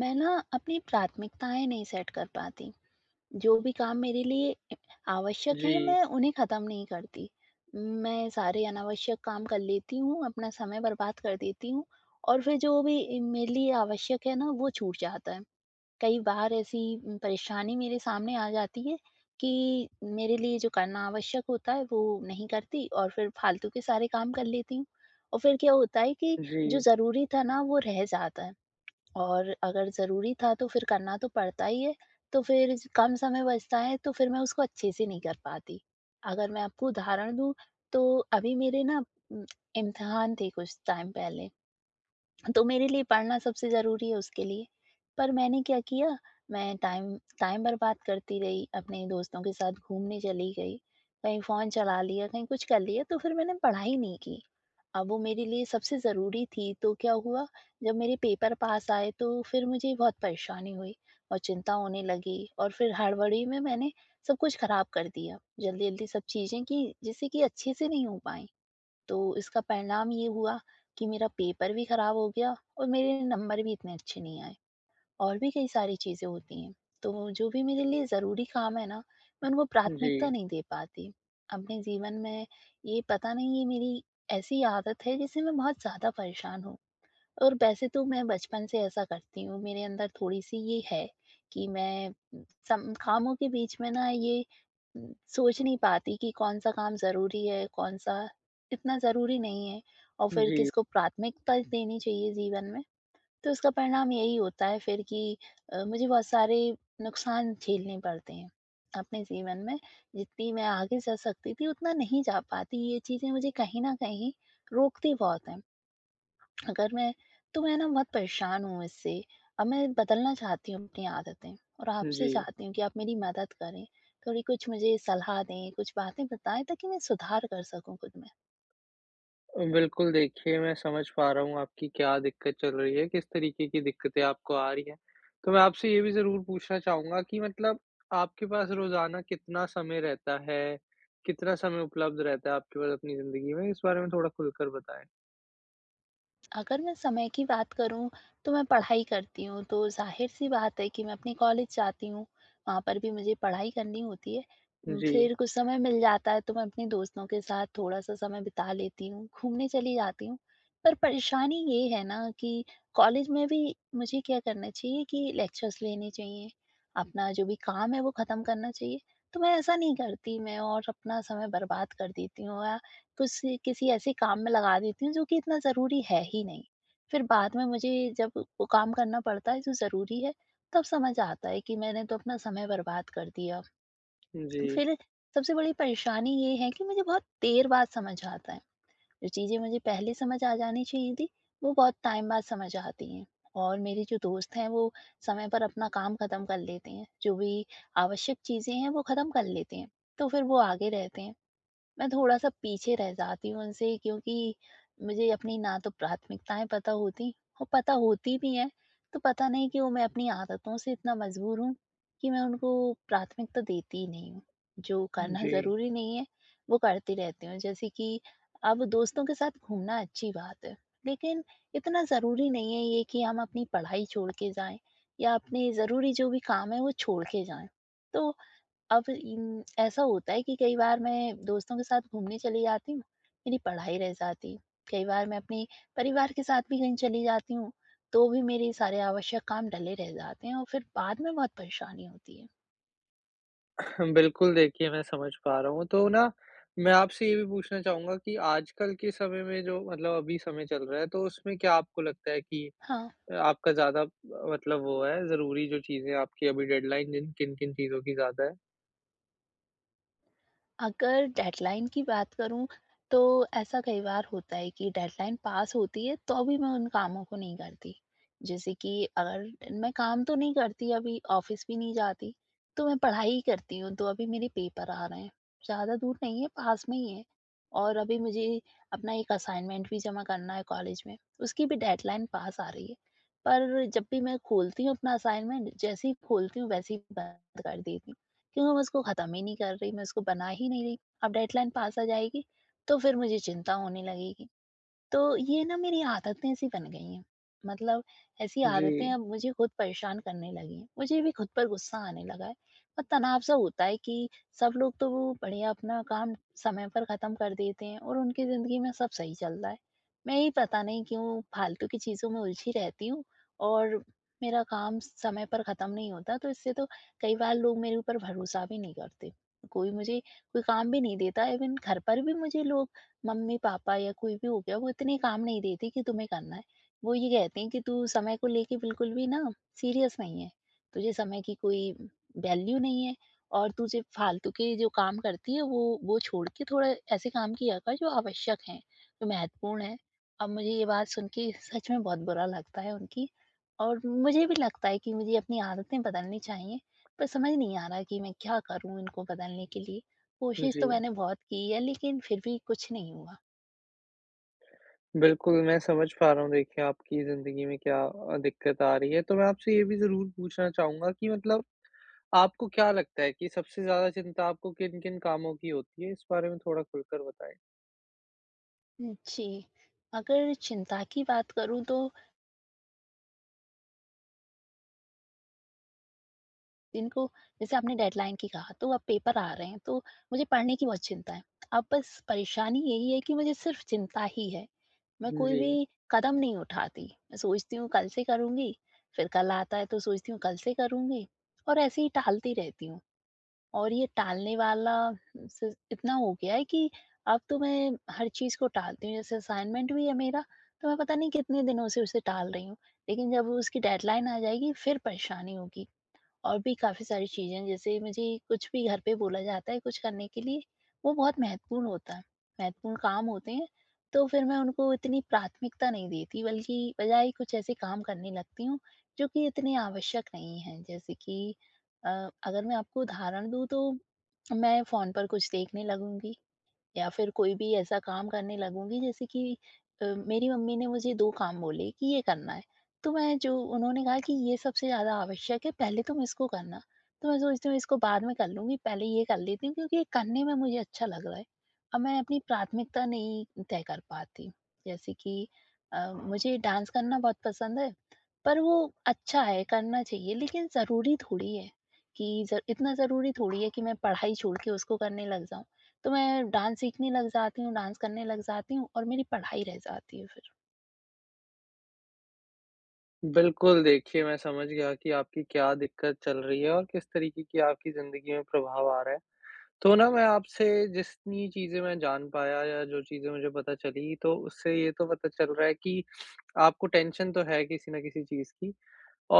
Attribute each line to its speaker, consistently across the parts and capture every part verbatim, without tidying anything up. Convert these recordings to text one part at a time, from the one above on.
Speaker 1: मैं ना अपनी प्राथमिकताएं नहीं सेट कर पाती जो भी काम मेरे लिए आवश्यक है
Speaker 2: जी,
Speaker 1: मैं उन्हें खत्म नहीं करती। मैं सारे अनावश्यक काम कर लेती हूँ, अपना समय बर्बाद कर देती हूँ और फिर जो भी मेरे लिए आवश्यक है ना वो छूट जाता है। कई बार ऐसी परेशानी मेरे सामने आ जाती है कि मेरे लिए जो करना आवश्यक होता है वो नहीं करती और फिर फालतू के सारे काम कर लेती हूँ। और फिर क्या होता है कि
Speaker 2: जी,
Speaker 1: जो जरूरी था ना वो रह जाता है, और अगर ज़रूरी था तो फिर करना तो पड़ता ही है, तो फिर ज कम समय बचता है तो फिर मैं उसको अच्छे से नहीं कर पाती। अगर मैं आपको उदाहरण दूँ तो अभी मेरे ना उम, इम्तिहान थे कुछ टाइम पहले, तो मेरे लिए पढ़ना सबसे ज़रूरी है उसके लिए। पर मैंने क्या किया, मैं टाइम टाइम बर्बाद करती रही, अपने दोस्तों के साथ घूमने चली गई, कहीं फ़ोन चला लिया, कहीं कुछ कर लिया, तो फिर मैंने पढ़ाई नहीं की। अब वो मेरे लिए सबसे ज़रूरी थी, तो क्या हुआ, जब मेरे पेपर पास आए तो फिर मुझे बहुत परेशानी हुई और चिंता होने लगी और फिर हड़बड़ी में मैंने सब कुछ ख़राब कर दिया। जल्दी-जल्दी सब चीज़ें की, जिससे कि अच्छे से नहीं हो पाई। तो इसका परिणाम ये हुआ कि मेरा पेपर भी खराब हो गया और मेरे नंबर भी इतने अच्छे नहीं आए। और भी कई सारी चीज़ें होती हैं, तो जो भी मेरे लिए ज़रूरी काम है ना, मैं उनको
Speaker 2: जी,
Speaker 1: प्राथमिकता नहीं दे पाती। अपने जीवन में ये पता नहीं, ये मेरी ऐसी आदत है जिससे मैं बहुत ज़्यादा परेशान हूँ। और वैसे तो मैं बचपन से ऐसा करती हूँ, मेरे अंदर थोड़ी-सी ये है कि मैं सम कामों के बीच में ना ये उम, सोच नहीं पाती कि कौन-सा काम ज़रूरी है, कौन-सा इतना ज़रूरी नहीं है और फिर
Speaker 2: जी,
Speaker 1: किसको प्राथमिकता देनी चाहिए जीवन में। तो उसका परिणाम यही होता है फिर कि अ, मुझे बहुत सारे नुकसान झेलने पड़ते हैं अपने जीवन में। जितनी मैं आगे जा सकती थी, उतना नहीं जा पाती। ये चीज़ें मुझे कहीं न कहीं रोकती बहुत हैं। अगर मैं तो मैं ना बहुत परेशान हूँ इससे। अब मैं बदलना चाहती हूँ अपनी आदतें और आपसे
Speaker 2: जी।
Speaker 1: चाहती हूँ कि आप मेरी मदद करें। थोड़ी कुछ मुझे सलाह दें, कुछ बातें बताएँ ताकि मैं सुधार कर सकूँ खुद में।
Speaker 2: अ, बिल्कुल देखिए मैं समझ पा रहा हूँ आपकी क्या दिक्कत चल रही है, किस तरीके की दिक्कतें आपको आ रही हैं। तो मैं आपसे ये भी ज़रूर पूछना चाहूँगा कि मतलब आपके पास रोज़ाना कितना समय रहता है? कितना समय उपलब्ध रहता है आपके पास अपनी ज़िंदगी में? इस बारे में थोड़ा खुलकर बताएँ।
Speaker 1: अगर मैं समय की बात करूँ, तो मैं पढ़ाई करती हूँ, तो ज़ाहिर-सी बात है कि मैं अपने कॉलेज जाती हूँ, वहाँ पर भी मुझे पढ़ाई करनी होती है। उम,
Speaker 2: जी,
Speaker 1: फिर कुछ समय मिल जाता है, तो मैं अपने दोस्तों के साथ थोड़ा-सा समय बिता लेती हूँ, घूमने चली जाती हूँ। पर परेशानी ये है ना कि कॉलेज में भी मुझे क्या करना चाहिए कि लेक्चर्स लेने चाहिए, अपना जो भी काम है, वो ख़त्म करना चाहिए। तो मैं ऐसा नहीं करती, मैं और अपना समय बर्बाद कर देती हूँ या किसी किसी ऐसे काम में लगा देती हूँ जो कि इतना ज़रूरी है ही नहीं। फिर बाद में मुझे जब वो काम करना पड़ता है जो ज़रूरी है, तब समझ आता है कि मैंने तो अपना समय बर्बाद कर दिया।
Speaker 2: जी,
Speaker 1: फिर सबसे बड़ी परेशानी ये है कि मुझे बहुत देर बाद समझ आता है, जो चीज़ें मुझे पहले समझ आ जानी चाहिए थी, वो बहुत टाइम बाद समझ आती हैं। और मेरे जो दोस्त हैं वो समय पर अपना काम ख़त्म कर लेते हैं, जो भी आवश्यक चीज़ें हैं वो ख़त्म कर लेते हैं, तो फिर वो आगे रहते हैं। मैं थोड़ा-सा पीछे रह जाती हूँ उनसे क्योंकि मुझे अपनी ना तो प्राथमिकताएँ पता होती, और पता होती भी हैं, तो पता नहीं क्यों मैं अपनी आदतों से इतना मजबूर हूँ कि मैं उनको प्राथमिकता देती ही नहीं हूँ। जो करना
Speaker 2: जी।
Speaker 1: ज़रूरी नहीं है, वो करती रहती हूँ। जैसे कि अब दोस्तों के साथ घूमना अच्छी बात है, लेकिन इतना ज़रूरी नहीं है ये कि हम अपनी पढ़ाई छोड़ के जाएँ या अपने ज़रूरी जो भी काम है वो छोड़ के जाएँ। तो अब इन ऐसा होता है कि कई बार मैं दोस्तों के साथ घूमने चली जाती हूँ, मेरी पढ़ाई रह जाती। कई बार मैं अपने परिवार के साथ भी कहीं चली जाती हूँ, तो भी मेरे सारे आवश्यक काम डले रह जाते हैं और फिर बाद में बहुत परेशानी होती है।
Speaker 2: बिल्कुल, देखिए मैं समझ पा रहा हूँ। तो ना मैं आपसे ये भी पूछना चाहूँगा कि आजकल के समय में जो मतलब अभी समय चल रहा है, तो उसमें क्या आपको लगता है कि
Speaker 1: हाँ।
Speaker 2: अ, आपका ज़्यादा मतलब वो है ज़रूरी, जो चीज़ें आपकी अभी डेडलाइन जिन किन-किन चीज़ों की ज़्यादा है?
Speaker 1: अगर डेडलाइन की बात करूँ, तो ऐसा कई बार होता है कि डेडलाइन पास होती है, तो भी मैं उन कामों को नहीं करती। जैसे कि अगर मैं काम तो नहीं करती अभी, ऑफ़िस भी नहीं जाती, तो मैं पढ़ाई ही करती हूँ। तो अभी मेरे पेपर आ रहे हैं, ज़्यादा दूर नहीं है, पास में ही है और अभी मुझे अपना एक असाइनमेंट भी जमा करना है कॉलेज में, उसकी भी डेडलाइन पास आ रही है। पर जब भी मैं खोलती हूँ अपना असाइनमेंट, जैसे ही खोलती हूँ, वैसे ही बंद कर देती हूँ। क्योंकि मैं उसको ख़त्म ही नहीं कर रही, मैं उसको बना ही नहीं रही। अब डेडलाइन पास आ जाएगी, तो फिर मुझे चिंता होने लगेगी। तो ये ना मेरी आदतें सी बन गई हैं। मतलब ऐसी आदतें
Speaker 2: जी,
Speaker 1: अब मुझे खुद परेशान करने लगी हैं। मुझे भी खुद पर गुस्सा आने लगा है और तनाव सा होता है कि सब लोग तो वो बढ़िया अपना काम समय पर ख़त्म कर देते हैं और उनकी ज़िंदगी में सब सही चल रहा है। मैं ही पता नहीं क्यों फालतू की चीज़ों में उलझी रहती हूँ और मेरा काम समय पर ख़त्म नहीं होता, तो इससे तो कई बार लोग मेरे ऊपर भरोसा भी नहीं करते। कोई मुझे कोई काम भी नहीं देता, इवन घर पर भी मुझे लोग मम्मी-पापा या कोई भी हो गया, वो इतने काम नहीं देती कि तुम्हें करना है। वो ये कहते हैं कि तू समय को लेके बिल्कुल भी ना सीरियस नहीं है। तुझे समय की कोई वैल्यू नहीं है और तू सिर्फ़ फालतू के जो काम करती है वो वो छोड़ के थोड़ा ऐसे काम किया कर जो आवश्यक हैं, जो महत्वपूर्ण हैं। अब मुझे ये बात सुन के सच में बहुत बुरा लगता है उनकी, और मुझे भी लगता है कि मुझे अपनी आदतें बदलनी चाहिए, पर समझ नहीं आ रहा कि मैं क्या करूँ इनको बदलने के लिए? कोशिश
Speaker 2: जी।
Speaker 1: तो मैंने बहुत की है लेकिन फिर भी कुछ नहीं हुआ।
Speaker 2: बिल्कुल, मैं समझ पा रहा हूँ देखिए आपकी ज़िंदगी में क्या अ, दिक्कत आ रही है। तो मैं आपसे ये भी ज़रूर पूछना चाहूँगा कि मतलब आपको क्या लगता है कि सबसे ज़्यादा चिंता आपको किन-किन कामों की होती है? इस बारे में थोड़ा खुलकर बताएँ।
Speaker 1: जी। अगर चिंता की बात करूँ तो इनको, जैसे आपने डेडलाइन की कहा, तो अब पेपर आ रहे हैं तो मुझे पढ़ने की बहुत चिंता है। अब बस परेशानी यही है कि मुझे सिर्फ़ चिंता ही है। मैं कोई
Speaker 2: जी।
Speaker 1: भी कदम नहीं उठाती। मैं सोचती हूँ कल से करूँगी, फिर कल आता है तो सोचती हूँ कल से करूँगी, और ऐसे ही टालती रहती हूँ। और ये टालने वाला सिस इतना हो गया है कि अब तो मैं हर चीज़ को टालती हूँ। जैसे असाइनमेंट भी है मेरा, तो मैं पता नहीं कितने दिनों से उसे टाल रही हूँ। लेकिन जब उसकी डेडलाइन आ जाएगी, फिर परेशानी होगी। और भी काफ़ी सारी चीज़ें हैं, जैसे मुझे कुछ भी घर पे बोला जाता है कुछ करने के लिए, वो बहुत महत्वपूर्ण होता है, महत्वपूर्ण काम होते हैं, तो फिर मैं उनको इतनी प्राथमिकता नहीं देती बल्कि बजाय कुछ ऐसे काम करने लगती हूँ, जो कि इतने आवश्यक नहीं हैं। जैसे कि अ, अगर मैं आपको उदाहरण दूँ तो मैं फ़ोन पर कुछ देखने लगूँगी या फिर कोई भी ऐसा काम करने लगूँगी जैसे कि अ, मेरी मम्मी ने मुझे दो काम बोले कि ये करना है। तो मैं जो उन्होंने कहा कि ये सबसे ज़्यादा आवश्यक है, पहले तुम इसको करना। तो मैं सोचती हूँ इसको बाद में कर लूँगी, पहले ये कर लेती हूँ क्योंकि ये करने में मुझे अच्छा लग रहा है। अब मैं अपनी प्राथमिकता नहीं तय कर पाती। जैसे कि अ, मुझे डांस करना बहुत पसंद है, पर वो अच्छा है, करना चाहिए लेकिन ज़रूरी थोड़ी है कि ज इतना ज़रूरी थोड़ी है कि मैं पढ़ाई छोड़ के उसको करने लग जाऊँ। तो मैं डांस सीखने लग जाती हूँ, डांस करने लग जाती हूँ और मेरी पढ़ाई रह जाती है फिर।
Speaker 2: बिल्कुल, देखिए मैं समझ गया कि आपकी क्या दिक्कत चल रही है और किस तरीके की आपकी ज़िंदगी में प्रभाव आ रहा है। तो ना मैं आपसे जितनी चीज़ें मैं जान पाया या जो चीज़ें मुझे पता चली, तो उससे ये तो पता चल रहा है कि आपको टेंशन तो है किसी न किसी चीज़ की,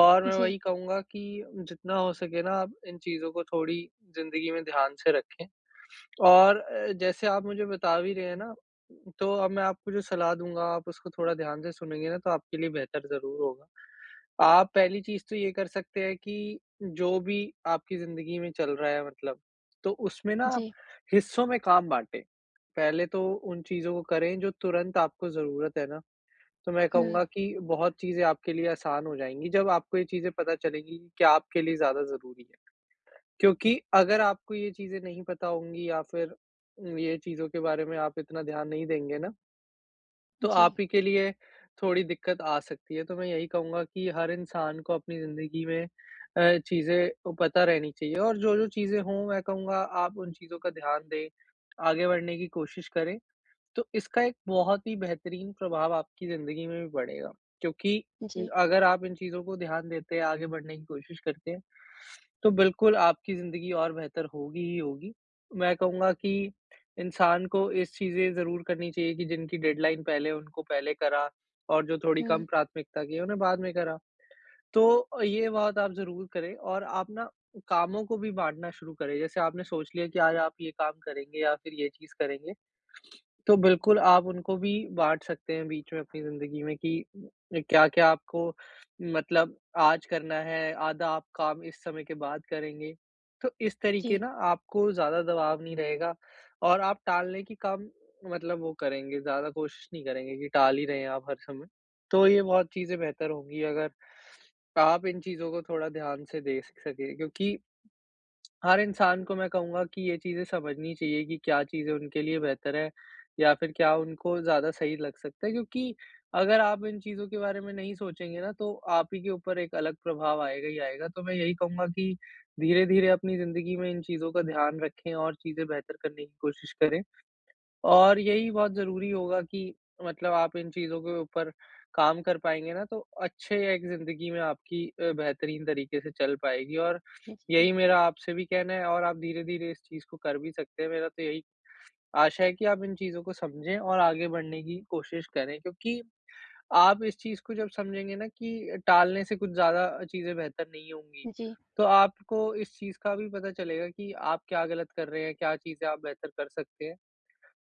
Speaker 2: और मैं
Speaker 1: जी,
Speaker 2: वही कहूँगा कि जितना हो सके ना आप इन चीज़ों को थोड़ी ज़िंदगी में ध्यान से रखें। और अ, जैसे आप मुझे बता भी रहे हैं ना, तो अब मैं आपको जो सलाह दूँगा, आप उसको थोड़ा ध्यान से सुनेंगे ना, तो आपके लिए बेहतर ज़रूर होगा। आप पहली चीज़ तो ये कर सकते हैं कि जो भी आपकी ज़िंदगी में चल रहा है मतलब, तो उसमें ना आप
Speaker 1: जी।
Speaker 2: हिस्सों में काम बाँटें। पहले तो उन चीज़ों को करें जो तुरंत आपको ज़रूरत है ना, तो मैं
Speaker 1: हुँ,
Speaker 2: कहूँगा कि बहुत चीज़ें आपके लिए आसान हो जाएँगी, जब आपको ये चीज़ें पता चलेंगी कि क्या आपके लिए ज़्यादा ज़रूरी है। क्योंकि अगर आपको ये चीज़ें नहीं पता होंगी या फिर ये चीज़ों के बारे में आप इतना ध्यान नहीं देंगे ना, तो
Speaker 1: जी,
Speaker 2: आप ही के लिए थोड़ी दिक्कत आ सकती है। तो मैं यही कहूँगा कि हर इंसान को अपनी ज़िंदगी में अ, चीज़ें पता रहनी चाहिए, और जो-जो चीज़ें हों मैं कहूँगा आप उन चीज़ों का ध्यान दें, आगे बढ़ने की कोशिश करें, तो इसका एक बहुत ही बेहतरीन प्रभाव आपकी ज़िंदगी में भी पड़ेगा। क्योंकि
Speaker 1: जी।
Speaker 2: अगर आप इन चीज़ों को ध्यान देते हैं, आगे बढ़ने की कोशिश करते हैं, तो बिल्कुल आपकी ज़िंदगी और बेहतर होगी ही होगी। मैं कहूँगा कि इंसान को इस चीज़ें ज़रूर करनी चाहिए कि जिनकी डेडलाइन पहले है, उनको पहले करा, और जो थोड़ी कम
Speaker 1: हुँ,
Speaker 2: प्राथमिकता की है, उन्हें बाद में करा। तो ये बात आप ज़रूर करें, और आप ना कामों को भी बाँटना शुरू करें। जैसे आपने सोच लिया कि आज आप ये काम करेंगे या फिर ये चीज़ करेंगे। तो बिल्कुल आप उनको भी बाँट सकते हैं बीच में अपनी ज़िंदगी में कि क्या-क्या आपको मतलब आज करना है, आधा आप काम इस समय के बाद करेंगे। तो इस तरीके
Speaker 1: जी,
Speaker 2: ना आपको ज़्यादा दबाव नहीं रहेगा, और आप टालने की कम मतलब वो करेंगे, ज़्यादा कोशिश नहीं करेंगे कि टाल ही रहे हैं आप हर समय। तो ये बहुत चीज़ें बेहतर होंगी, अगर आप इन चीज़ों को थोड़ा ध्यान से देख सकें। क्योंकि हर इंसान को मैं कहूँगा कि ये चीज़ें समझनी चाहिए कि क्या चीज़ें उनके लिए बेहतर है या फिर क्या उनको ज़्यादा सही लग सकता है। क्योंकि अगर आप इन चीज़ों के बारे में नहीं सोचेंगे ना, तो आप ही के ऊपर एक अलग प्रभाव आएगा ही आएगा। तो मैं यही कहूँगा कि धीरे-धीरे अपनी ज़िंदगी में इन चीज़ों का ध्यान रखें और चीज़ें बेहतर करने की कोशिश करें। और यही बहुत ज़रूरी होगा कि मतलब आप इन चीज़ों के ऊपर काम कर पाएँगे ना, तो अच्छे एक ज़िंदगी में आपकी अ, बेहतरीन तरीके से चल पाएगी। और
Speaker 1: जी,
Speaker 2: यही मेरा आपसे भी कहना है, और आप धीरे-धीरे इस चीज़ को कर भी सकते हैं। मेरा तो यही आशा है कि आप इन चीज़ों को समझें और आगे बढ़ने की कोशिश करें, क्योंकि आप इस चीज़ को जब समझेंगे ना कि टालने से कुछ ज़्यादा चीज़ें बेहतर नहीं होंगी, तो आपको इस चीज़ का भी पता चलेगा कि आप क्या गलत कर रहे हैं, क्या चीज़ें आप बेहतर कर सकते हैं।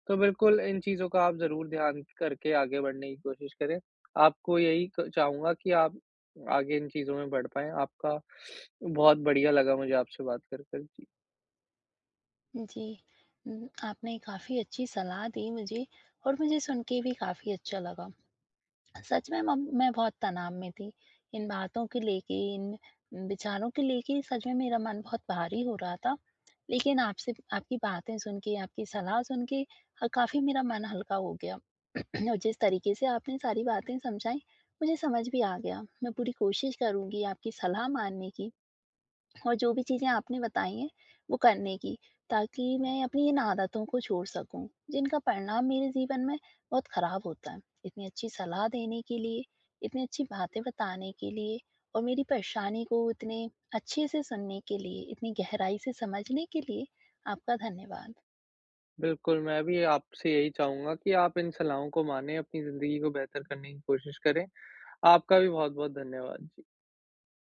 Speaker 2: तो बिल्कुल इन चीज़ों का आप ज़रूर ध्यान करके आगे बढ़ने की कोशिश करें। आपको यही क चाहूँगा कि आप आगे इन चीज़ों में बढ़ पाएँ। आपका बहुत बढ़िया लगा मुझे आपसे बात कर कर। जी,
Speaker 1: जी, जी। हुँ, आपने काफ़ी अच्छी सलाह दी मुझे और मुझे सुन के भी काफ़ी अच्छा लगा। सच में मम मैं बहुत तनाव में थी। इन बातों को लेके, इन विचारों को लेके सच में मेरा मन बहुत भारी हो रहा था। लेकिन आपसे आपकी बातें सुन के, आपकी सलाह सुन के अ, काफ़ी मेरा मन हल्का हो गया। और जिस तरीके से आपने सारी बातें समझाई, मुझे समझ भी आ गया। मैं पूरी कोशिश करूँगी आपकी सलाह मानने की। और जो भी चीज़ें आपने बताई हैं वो करने की, ताकि मैं अपनी इन आदतों को छोड़ सकूँ, जिनका परिणाम मेरे जीवन में बहुत ख़राब होता है। इतनी अच्छी सलाह देने के लिए, इतनी अच्छी बातें बताने के लिए और मेरी परेशानी को इतने अच्छे से सुनने के लिए, इतनी गहराई से समझने के लिए आपका धन्यवाद।
Speaker 2: बिल्कुल मैं भी आपसे यही चाहूँगा कि आप इन सलाहों को मानें, अपनी ज़िंदगी को बेहतर करने की कोशिश करें। आपका भी बहुत-बहुत धन्यवाद। जी।